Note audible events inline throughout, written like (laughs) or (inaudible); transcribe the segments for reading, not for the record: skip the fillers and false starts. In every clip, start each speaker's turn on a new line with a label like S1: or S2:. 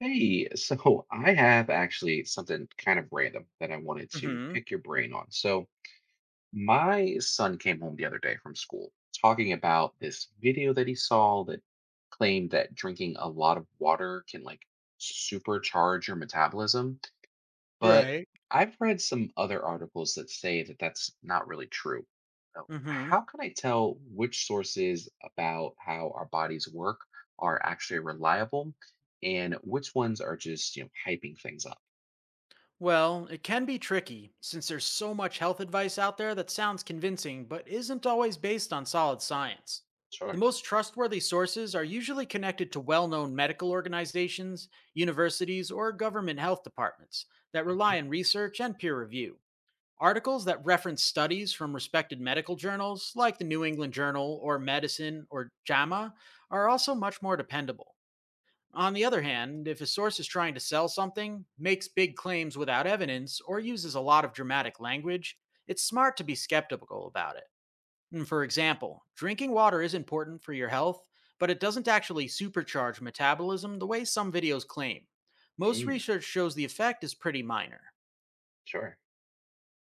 S1: Hey, so (laughs) I have actually something kind of random that I wanted to
S2: hmm
S1: pick your brain on. So, my son came home the other day from school talking about this video that he saw that claimed that drinking a lot of water can like supercharge your metabolism. But
S2: Right.
S1: I've read some other articles that say that that's not really true. So
S2: hmm
S1: how can I tell which sources about how our bodies work are actually reliable and which ones are just hyping things up?
S2: Well, it can be tricky since there's so much health advice out there that sounds convincing but isn't always based on solid science. The
S1: Sure.
S2: most trustworthy sources are usually connected to well known medical organizations, universities, or government health departments that
S1: Mhm.
S2: rely on research and peer review. Articles that reference studies from respected medical journals like the New England Journal or Medicine or JAMA are also much more dependable. On the other hand, if a source is trying to sell something, makes big claims without evidence, or uses a lot of dramatic language, it's smart to be skeptical about it. For example, drinking water is important for your health, but it doesn't actually supercharge metabolism the way some videos claim. Most
S1: Mm,
S2: research shows the effect is pretty minor.
S1: sure.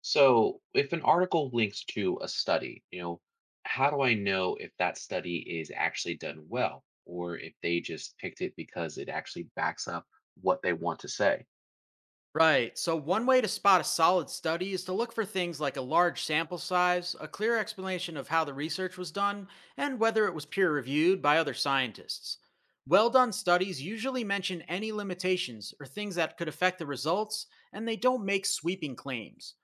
S1: So if an article links to a study how do I know if that study is actually done well or if they just picked it because it actually backs up what they want to say?
S2: Right. So, one way to spot a solid study is to look for things like a large sample size, a clear explanation of how the research was done, and whether it was peer reviewed by other scientists. Well done studies usually mention any limitations or things that could affect the results, and they don't make sweeping claims.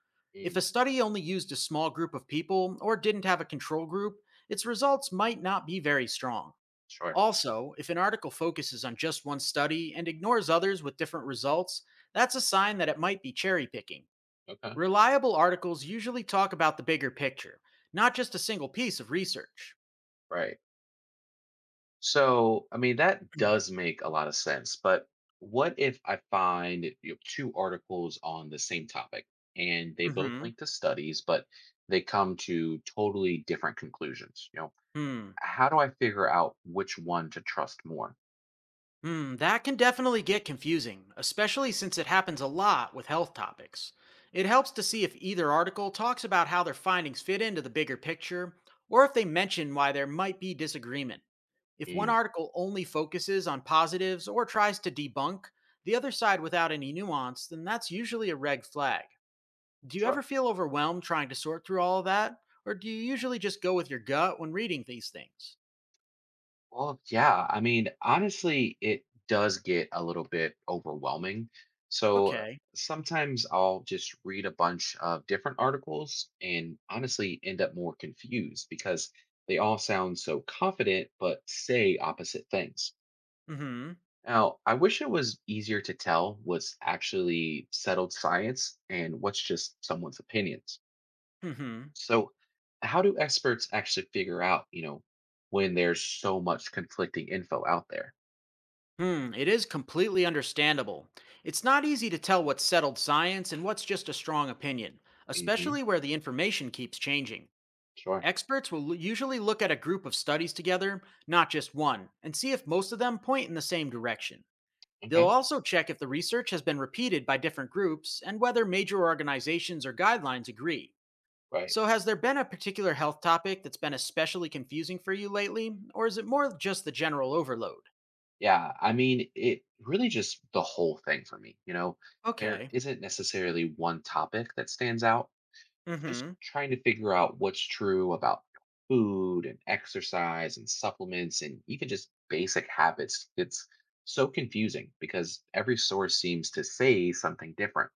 S2: If
S1: Mm,
S2: a study only used a small group of people or didn't have a control group, its results might not be very strong.
S1: sure.
S2: Also, if an article focuses on just one study and ignores others with different results, that's a sign that it might be cherry picking.
S1: Okay.
S2: Reliable articles usually talk about the bigger picture, not just a single piece of research.
S1: Right. So, I mean, that does make a lot of sense. But what if I find two articles on the same topic and they both
S2: hmm
S1: link to studies, but they come to totally different conclusions? You know,
S2: Hmm.
S1: how do I figure out which one to trust more?
S2: Hmm. That can definitely get confusing, especially since it happens a lot with health topics. It helps to see if either article talks about how their findings fit into the bigger picture, or if they mention why there might be disagreement. If one
S1: Mm,
S2: article only focuses on positives or tries to debunk the other side without any nuance, then that's usually a red flag. Do you
S1: sure.
S2: ever feel overwhelmed trying to sort through all of that? Or do you usually just go with your gut when reading these things?
S1: Well, yeah. I mean, honestly, it does get a little bit overwhelming. So
S2: Okay.
S1: sometimes I'll just read a bunch of different articles and honestly end up more confused because they all sound so confident but say opposite things.
S2: Mm-hmm.
S1: Now, I wish it was easier to tell what's actually settled science and what's just someone's opinions.
S2: Mm-hmm.
S1: So, how do experts actually figure out when there's so much conflicting info out there?
S2: It is completely understandable. It's not easy to tell what's settled science and what's just a strong opinion,
S1: Mhm.
S2: especially where the information keeps changing.
S1: Sure.
S2: Experts will usually look at a group of studies together, not just one, and see if most of them point in the same direction. They'll
S1: Okay.
S2: also check if the research has been repeated by different groups and whether major organizations or guidelines agree.
S1: Right.
S2: So, has there been a particular health topic that's been especially confusing for you lately, or is it more just the general overload?
S1: Yeah. I mean, it really just the whole thing for me. There
S2: Okay.
S1: isn't necessarily one topic that stands out.
S2: Mm
S1: Just
S2: hmm.
S1: trying to figure out what's true about food and exercise and supplements and even just basic habits. It's so confusing because every source seems to say something different.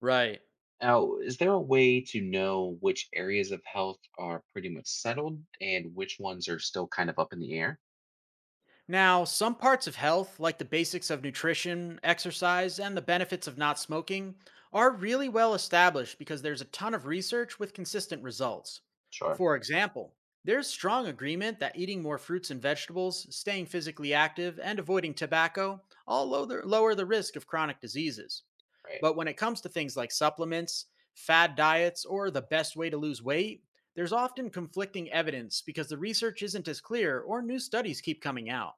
S2: Right.
S1: Now, is there a way to know which areas of health are pretty much settled and which ones are still kind of up in the air?
S2: Now, some parts of health, like the basics of nutrition, exercise, and the benefits of not smoking, are really well established because there's a ton of research with consistent results.
S1: Sure.
S2: For example, there's strong agreement that eating more fruits and vegetables, staying physically active, and avoiding tobacco all lower the risk of chronic diseases.
S1: Right.
S2: But when it comes to things like supplements, fad diets, or the best way to lose weight, there's often conflicting evidence because the research isn't as clear or new studies keep coming out.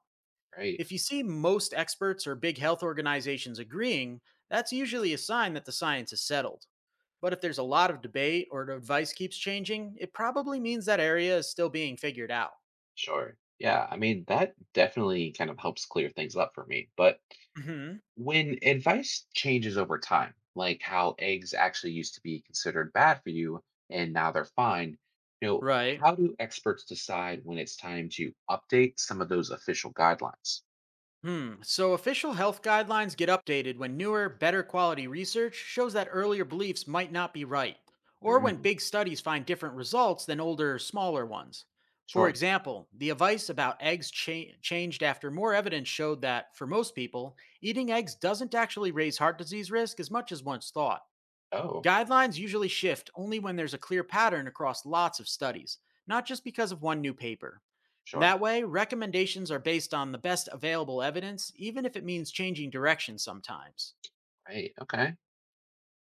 S1: Right.
S2: If you see most experts or big health organizations agreeing, that's usually a sign that the science is settled. But if there's a lot of debate or the advice keeps changing, it probably means that area is still being figured out.
S1: Sure. Yeah. I mean, that definitely kind of helps clear things up for me. But
S2: hmm
S1: when advice changes over time, like how eggs actually used to be considered bad for you and now they're fine, you know,
S2: Right.
S1: how do experts decide when it's time to update some of those official guidelines?
S2: Hmm. So official health guidelines get updated when newer, better quality research shows that earlier beliefs might not be right, or when
S1: Mm,
S2: big studies find different results than older, smaller ones. For
S1: sure.
S2: example, the advice about eggs changed after more evidence showed that, for most people, eating eggs doesn't actually raise heart disease risk as much as once thought.
S1: Oh,
S2: Guidelines usually shift only when there's a clear pattern across lots of studies, not just because of one new paper.
S1: sure.
S2: That way, recommendations are based on the best available evidence, even if it means changing direction sometimes.
S1: Right. Okay.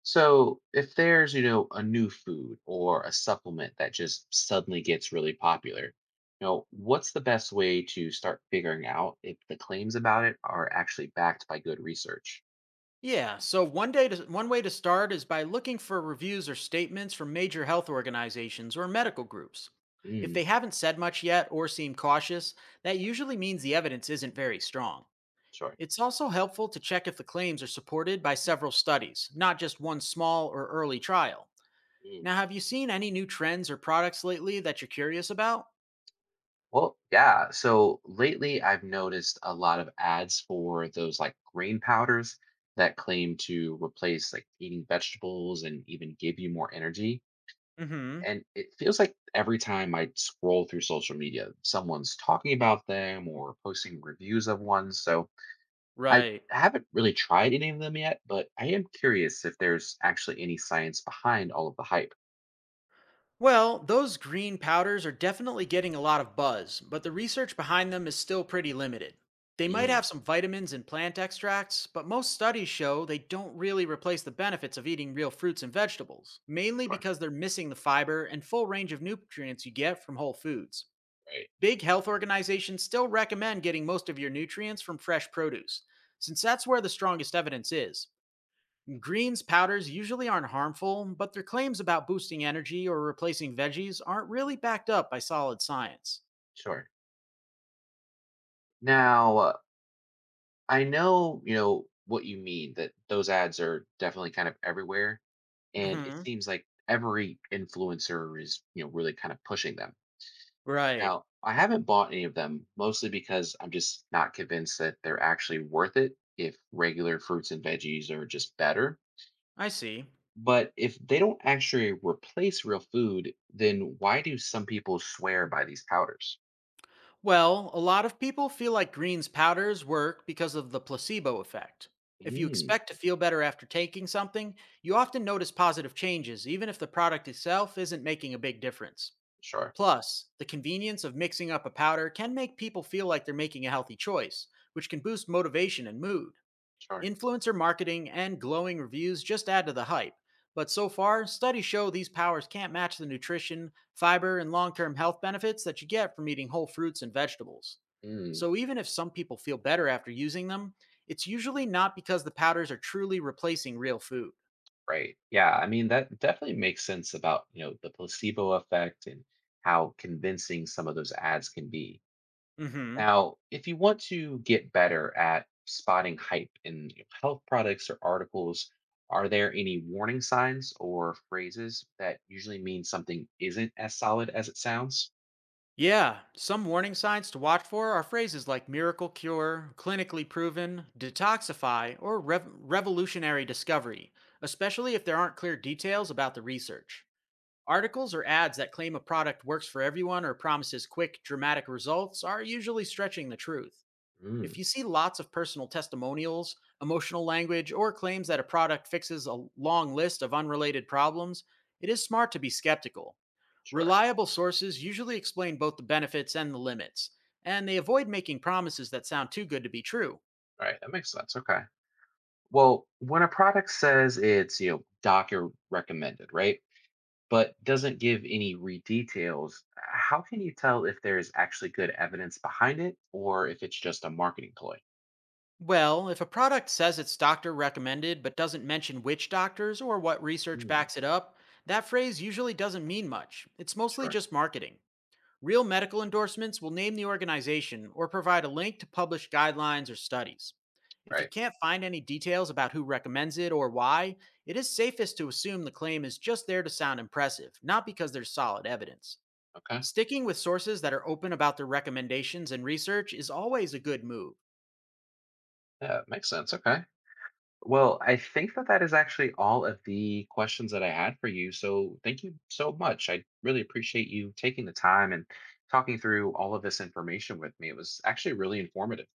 S1: So, if there's a new food or a supplement that just suddenly gets really popular what's the best way to start figuring out if the claims about it are actually backed by good research?
S2: Yeah, so one way to start is by looking for reviews or statements from major health organizations or medical groups. If
S1: Mm,
S2: they haven't said much yet or seem cautious, that usually means the evidence isn't very strong.
S1: sure.
S2: It's also helpful to check if the claims are supported by several studies, not just one small or early trial.
S1: Mm.
S2: Now, have you seen any new trends or products lately that you're curious about?
S1: Well, yeah. So lately I've noticed a lot of ads for those like grain powders that claim to replace like eating vegetables and even give you more energy.
S2: Hmm.
S1: And it feels like every time I scroll through social media, someone's talking about them or posting reviews of one. So I
S2: Right.
S1: haven't really tried any of them yet, but I am curious if there's actually any science behind all of the hype.
S2: Well, those green powders are definitely getting a lot of buzz, but the research behind them is still pretty limited. They might
S1: Mm,
S2: have some vitamins and plant extracts, but most studies show they don't really replace the benefits of eating real fruits and vegetables, mainly
S1: sure,
S2: because they're missing the fiber and full range of nutrients you get from whole foods.
S1: right,
S2: Big health organizations still recommend getting most of your nutrients from fresh produce, since that's where the strongest evidence is. Greens powders usually aren't harmful, but their claims about boosting energy or replacing veggies aren't really backed up by solid science.
S1: sure. Now I know you know what you mean that those ads are definitely kind of everywhere, and it
S2: hmm
S1: seems like every influencer is really kind of pushing them.
S2: Right.
S1: Now, I haven't bought any of them, mostly because I'm just not convinced that they're actually worth it if regular fruits and veggies are just better.
S2: I see.
S1: But if they don't actually replace real food, then why do some people swear by these powders?
S2: Well, a lot of people feel like greens powders work because of the placebo effect. If you
S1: Mm,
S2: expect to feel better after taking something, you often notice positive changes, even if the product itself isn't making a big difference.
S1: sure,
S2: Plus, the convenience of mixing up a powder can make people feel like they're making a healthy choice, which can boost motivation and mood.
S1: sure.
S2: Influencer marketing and glowing reviews just add to the hype, but so far, studies show these powders can't match the nutrition, fiber, and long term health benefits that you get from eating whole fruits and vegetables.
S1: Mm,
S2: So, even if some people feel better after using them, it's usually not because the powders are truly replacing real food.
S1: right. Yeah, I mean that definitely makes sense about the placebo effect and how convincing some of those ads can be.
S2: hmm.
S1: Now, if you want to get better at spotting hype in health products or articles, are there any warning signs or phrases that usually mean something isn't as solid as it sounds?
S2: Yeah, some warning signs to watch for are phrases like miracle cure, clinically proven, detoxify, or revolutionary discovery, especially if there aren't clear details about the research. Articles or ads that claim a product works for everyone or promises quick, dramatic results are usually stretching the truth.
S1: Mm,
S2: If you see lots of personal testimonials, emotional language, or claims that a product fixes a long list of unrelated problems, it is smart to be skeptical.
S1: sure.
S2: Reliable sources usually explain both the benefits and the limits, and they avoid making promises that sound too good to be true.
S1: All right, that makes sense. Okay. Well, when a product says it's doctor recommended, right? But doesn't give any re details. How can you tell if there's actually good evidence behind it or if it's just a marketing ploy?
S2: Well, if a product says it's doctor recommended but doesn't mention which doctors or what research
S1: Mm,
S2: backs it up, that phrase usually doesn't mean much. It's mostly
S1: sure.
S2: just marketing. Real medical endorsements will name the organization or provide a link to published guidelines or studies. If you
S1: Right.
S2: can't find any details about who recommends it or why, it is safest to assume the claim is just there to sound impressive, not because there's solid evidence.
S1: Okay.
S2: Sticking with sources that are open about their recommendations and research is always a good move.
S1: Yeah, it makes sense. Okay. Well, I think that that is actually all of the questions that I had for you. So thank you so much. I really appreciate you taking the time and talking through all of this information with me. It was actually really informative.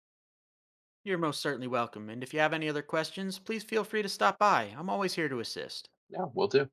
S2: You're most certainly welcome, and if you have any other questions, please feel free to stop by. I'm always here to assist.
S1: Yeah, we'll do.